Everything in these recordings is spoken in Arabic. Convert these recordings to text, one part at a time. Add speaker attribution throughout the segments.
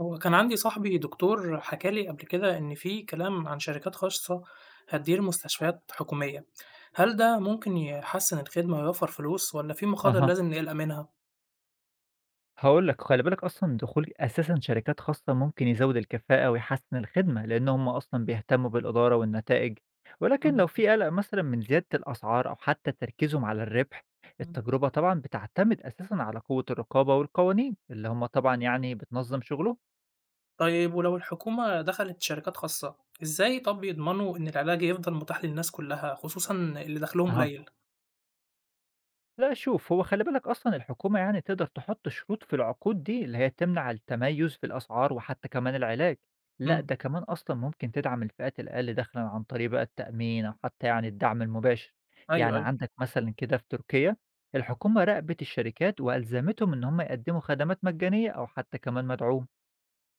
Speaker 1: هو كان عندي صاحبي دكتور حكى لي قبل كده إن في كلام عن شركات خاصة هتدير مستشفيات حكومية، هل ده ممكن يحسن الخدمة ويوفر فلوس ولا في مخاطر
Speaker 2: أها،
Speaker 1: لازم نقلق منها؟
Speaker 2: هاقول لك خلّي بالك أصلًا دخول أساسًا شركات خاصة ممكن يزوّد الكفاءة ويحسّن الخدمة، لإن هم أصلًا بيهتموا بالإدارة والنتائج، ولكن لو في قلق مثلًا من زيادة الأسعار أو حتى تركيزهم على الربح،
Speaker 1: مم.
Speaker 2: التجربة طبعًا بتعتمد أساسًا على قوة الرقابة والقوانين اللي هم طبعًا يعني بتنظّم شغلهم.
Speaker 1: طيب ولو الحكومة دخلت شركات خاصة، إزاي طب يضمنوا إن العلاج يفضل متاح للناس كلها خصوصا اللي دخلهم
Speaker 2: أها.
Speaker 1: قليل؟
Speaker 2: لأ شوف، هو خلّي بالك أصلًا الحكومة يعني تقدر تحُط شروط في العقود دي، اللي هي تمنع التميُّز في الأسعار وحتى كمان العلاج. لأ
Speaker 1: مم.
Speaker 2: ده كمان أصلًا ممكن تدعم الفئات الأقل دخلًا عن طريق بقى التأمين أو حتى يعني الدعم المباشر.
Speaker 1: أيوه
Speaker 2: يعني
Speaker 1: أيوه
Speaker 2: عندك مثلًا كده في تركيا، الحكومة راقبت الشركات وألزمتهم إن هم يقدّموا خدمات مجانية أو حتى كمان مدعومة.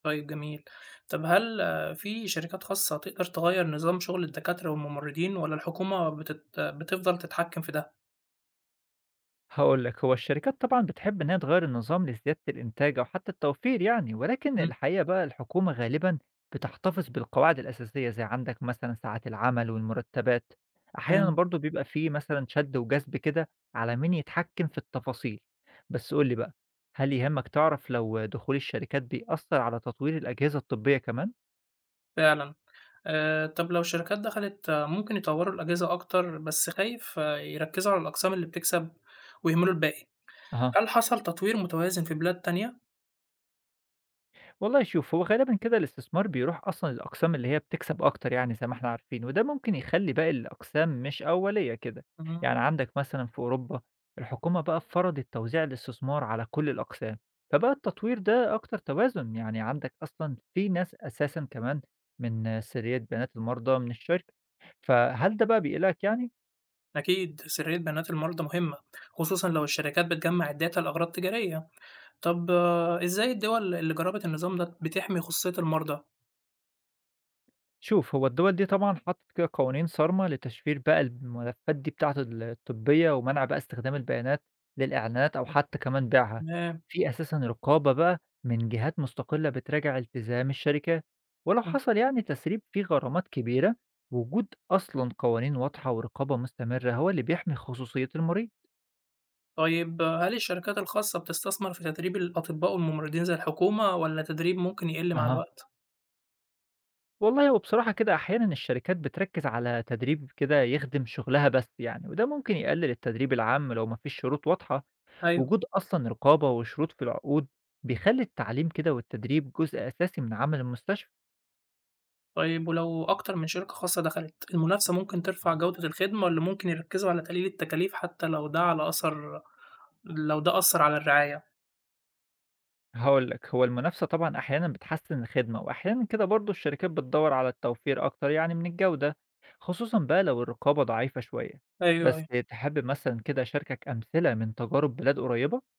Speaker 1: طيب جميل، طب هل في شركات خاصة تقدر تغير نظام شغل الدكاترة والممرضين ولا الحكومة بتفضل تتحكم في ده؟
Speaker 2: هاقول لك، هو الشركات طبعًا بتحب إن هي تغيّر النظام لزيادة الإنتاج أو حتى التوفير يعني، ولكن
Speaker 1: مم.
Speaker 2: الحقيقة بقى الحكومة غالبًا بتحتفظ بالقواعد الأساسية، زي عندك مثلًا ساعات العمل والمرتبات، أحيانًا
Speaker 1: فهمت.
Speaker 2: برضه بيبقى في مثلًا شد وجذب كده على مين يتحكم في التفاصيل. بس قُل لي بقى، هل يهمك تعرف لو دخول الشركات بيأثّر على تطوير الأجهزة الطبية كمان؟
Speaker 1: فعلًا. طب لو الشركات دخلت ممكن يطوّروا الأجهزة أكتر، بس خايف يركّزوا على الأقسام اللي بتكسب ويهملوا الباقي.
Speaker 2: أها.
Speaker 1: هل حصل تطوير متوازن في بلاد تانية؟
Speaker 2: والله شوف، هو غالبًا كده الاستثمار بيروح أصلًا للأقسام اللي هي بتكسب أكتر يعني زي ما إحنا عارفين، وده ممكن يخلّي باقي الأقسام مش أولية كده،
Speaker 1: إمم،
Speaker 2: يعني عندك مثلًا في أوروبا الحكومة بقى فرضت توزيع الاستثمار على كل الأقسام، فبقى التطوير ده أكتر توازن، يعني عندك أصلًا في ناس أساسًا كمان من سريات بيانات المرضى من الشركة، فهل ده بقى بيقلقك يعني؟
Speaker 1: أكيد سرية بيانات المرضى مهمة، خصوصًا لو الشركات بتجمّع الdata لأغراض تجارية. طب إزاي الدول اللي جرّبت النظام ده بتحمي خصوصية المرضى؟
Speaker 2: شوف هو الدول دي طبعًا حطّت كده قوانين صارمة لتشفير بقى الملفات دي بتاعة الطبية ومنع بقى استخدام البيانات للإعلانات أو حتى كمان بيعها،
Speaker 1: تمام،
Speaker 2: في أساسًا رقابة بقى من جهات مستقلة بتراجع التزام الشركات، ولو
Speaker 1: إمم.
Speaker 2: حصل يعني تسريب في غرامات كبيرة، وجود أصلًا قوانين واضحة ورقابة مستمرة هو اللي بيحمي خصوصية المريض.
Speaker 1: طيب هل الشركات الخاصة بتستثمر في تدريب الأطباء والممرضين زي الحكومة والّا التدريب ممكن يقِل مع
Speaker 2: أها.
Speaker 1: الوقت؟
Speaker 2: والله هو بصراحة كده أحيانًا الشركات بتركّز على تدريب كده يخدم شغلها بس يعني، وده ممكن يقلل التدريب العام لو ما فيش شروط واضحة.
Speaker 1: أيوه.
Speaker 2: وجود أصلًا رقابة وشروط في العقود بيخلّي التعليم كده والتدريب جزء أساسي من عمل المستشفى.
Speaker 1: طيب ولو أكتر من شركة خاصة دخلت، المنافسة ممكن ترفع جودة الخدمة والّا ممكن يركزوا على تقليل التكاليف حتى لو ده على أثر لو ده أثّر على الرعاية؟
Speaker 2: هاقول لك، هو المنافسة طبعًا أحيانًا بتحسّن الخدمة وأحيانًا كده برضه الشركات بتدوّر على التوفير أكتر يعني من الجودة، خصوصًا بقى لو الرقابة ضعيفة شوية.
Speaker 1: أيوه،
Speaker 2: بس
Speaker 1: أيوه.
Speaker 2: تحب مثلًا كده أشاركك أمثلة من تجارب بلاد قريبة؟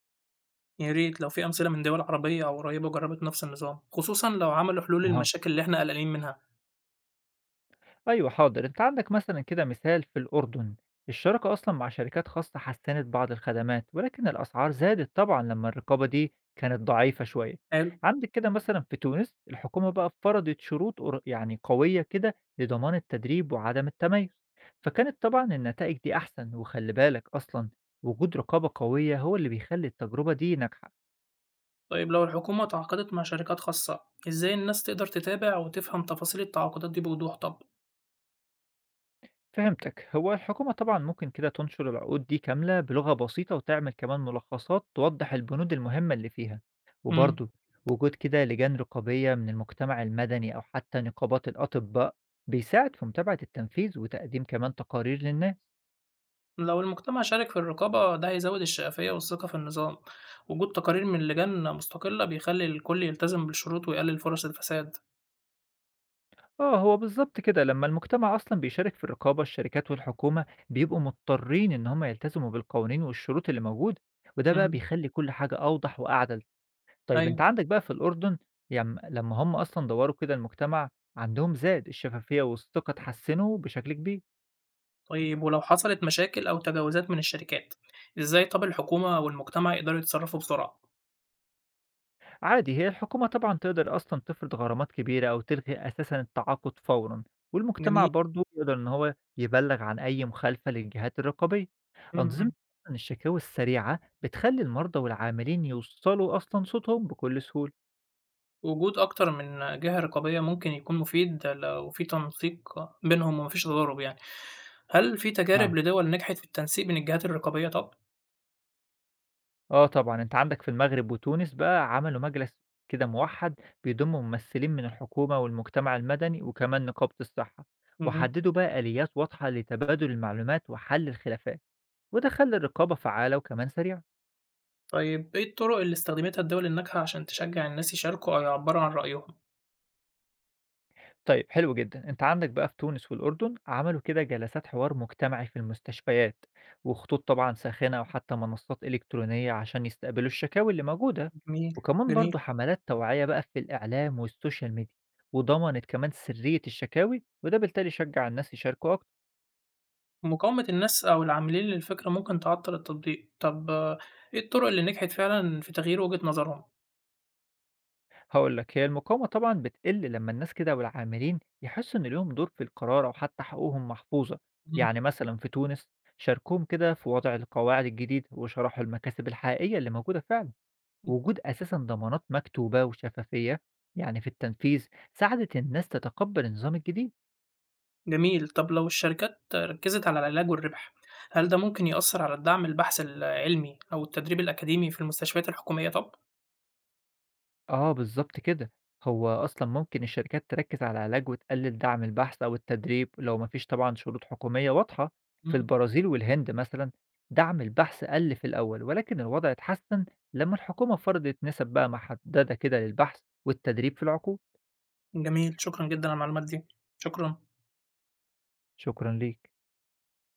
Speaker 1: يا ريت لو في أمثلة من دول عربية أو قريبة جربت نفس النظام، خصوصًا لو عملوا حلول
Speaker 2: أها.
Speaker 1: للمشاكل اللي إحنا قلقانين منها.
Speaker 2: أيوه حاضر، أنت عندك مثلًا كده مثال في الأردن، الشراكة أصلًا مع شركات خاصة حسنت بعض الخدمات، ولكن الأسعار زادت طبعًا لما الرقابة دي كانت ضعيفة شوية.
Speaker 1: حلو.
Speaker 2: عندك كده مثلًا في تونس الحكومة بقى فرضت شروط يعني قوية كده لضمان التدريب وعدم التميز، فكانت طبعًا النتائج دي أحسن، وخلي بالك أصلًا وجود رقابة قوية هو اللي بيخلي التجربة دي ناجحة.
Speaker 1: طيب لو الحكومة تعاقدت مع شركات خاصة، إزاي الناس تقدر تتابع وتفهم تفاصيل التعاقدات دي بوضوح طب؟
Speaker 2: فهمتك، هو الحكومة طبعا ممكن كده تنشر العقود دي كاملة بلغة بسيطة وتعمل كمان ملخصات توضح البنود المهمة اللي فيها،
Speaker 1: إمم.
Speaker 2: وبرضه وجود كده لجان رقابية من المجتمع المدني أو حتى نقابات الأطباء بيساعد في متابعة التنفيذ وتقديم كمان تقارير للناس.
Speaker 1: لو المجتمع شارك في الرقابة ده هيزود الشفافية والثقة في النظام، وجود تقارير من لجان مستقلة بيخلي الكل يلتزم بالشروط ويقلل فرص الفساد.
Speaker 2: اه، هو بالظبط كده، لما المجتمع أصلا بيشارك في الرقابة الشركات والحكومة بيبقوا مضطرين إن هم يلتزموا بالقوانين والشروط اللي موجودة، وده بقى
Speaker 1: مم.
Speaker 2: بيخلي كل حاجة أوضح وأعدل. طيب أنت
Speaker 1: أيوة.
Speaker 2: عندك بقى في الأردن، لمّا هم أصلًا دوّروا كده المجتمع عندهم زاد، الشفافية والثقة اتحسنوا بشكل كبير.
Speaker 1: طيب ولو حصلت مشاكل أو تجاوزات من الشركات، إزاي طب الحكومة والمجتمع يقدروا يتصرفوا بسرعة؟
Speaker 2: عادي، هي الحكومة طبعًا تقدر أصلًا تفرض غرامات كبيرة أو تلغي أساسًا التعاقد فورًا، والمجتمع
Speaker 1: جميل.
Speaker 2: برضه يقدر إن هو يبلّغ عن أي مخالفة للجهات الرقابية. أنظمة
Speaker 1: مم.
Speaker 2: أصلًا الشكاوي السريعة بتخلّي المرضى والعاملين يوصّلوا أصلًا صوتهم بكل سهولة.
Speaker 1: وجود أكتر من جهة رقابية ممكن يكون مفيد لو في تنسيق بينهم ومفيش تضارب يعني، هل في
Speaker 2: مع
Speaker 1: تجارب لدول نجحت في التنسيق بين الجهات الرقابية طب؟
Speaker 2: آه طبعًا، أنت عندك في المغرب وتونس بقى عملوا مجلس كده موحّد بيضم ممثلين من الحكومة والمجتمع المدني وكمان نقابة الصحة،
Speaker 1: مم.
Speaker 2: وحددوا بقى آليات واضحة لتبادل المعلومات وحل الخلافات، وده خلّى الرقابة فعّالة وكمان سريعة.
Speaker 1: طيب إيه الطرق اللي استخدمتها الدول الناجحة عشان تشجّع الناس يشاركوا أو يعبّروا عن رأيهم؟
Speaker 2: طيب، حلو جدا، انت عندك بقى في تونس والأردن عملوا كده جلسات حوار مجتمعي في المستشفيات وخطوط طبعا ساخنة وحتى منصات إلكترونية عشان يستقبلوا الشكاوي اللي موجودة،
Speaker 1: جميل،
Speaker 2: وكمان
Speaker 1: جميل.
Speaker 2: برضو حملات توعية بقى في الإعلام والسوشيال ميديا، وضمنت كمان سرية الشكاوي وده بالتالي شجع الناس يشاركوا أكتر.
Speaker 1: مقاومة الناس أو العاملين للفكرة ممكن تعطّل التطبيق. طب إيه الطرق اللي نجحت فعلًا في تغيير وجهة نظرهم؟
Speaker 2: هقول لك، هي المقاومة طبعا بتقل لما الناس كده والعاملين يحسوا إن ليهم دور في القرار أو حتى حقوقهم محفوظة،
Speaker 1: إمم،
Speaker 2: يعني مثلا في تونس شاركوهم كده في وضع القواعد الجديدة وشرحوا المكاسب الحقيقية اللي موجودة فعلا،
Speaker 1: إمم،
Speaker 2: وجود أساسا ضمانات مكتوبة وشفافية يعني في التنفيذ ساعدت الناس تتقبل النظام الجديد.
Speaker 1: جميل. طب لو الشركات ركّزت على العلاج والربح، هل ده ممكن يأثّر على الدعم البحث العلمي أو التدريب الأكاديمي في المستشفيات الحكومية طب؟
Speaker 2: آه بالضبط كده، هو أصلًا ممكن الشركات تركّز على العلاج وتقلل دعم البحث أو التدريب لو ما فيش طبعًا شروط حكومية واضحة، في
Speaker 1: إمم،
Speaker 2: البرازيل والهند مثلًا دعم البحث قل في الأول، ولكن الوضع اتحسن لمّا الحكومة فرضت نسب بقى محددة كده للبحث والتدريب في العقول.
Speaker 1: جميل. شكرًا جدًا على المعلومات دي. شكرًا.
Speaker 2: شكرًا ليك.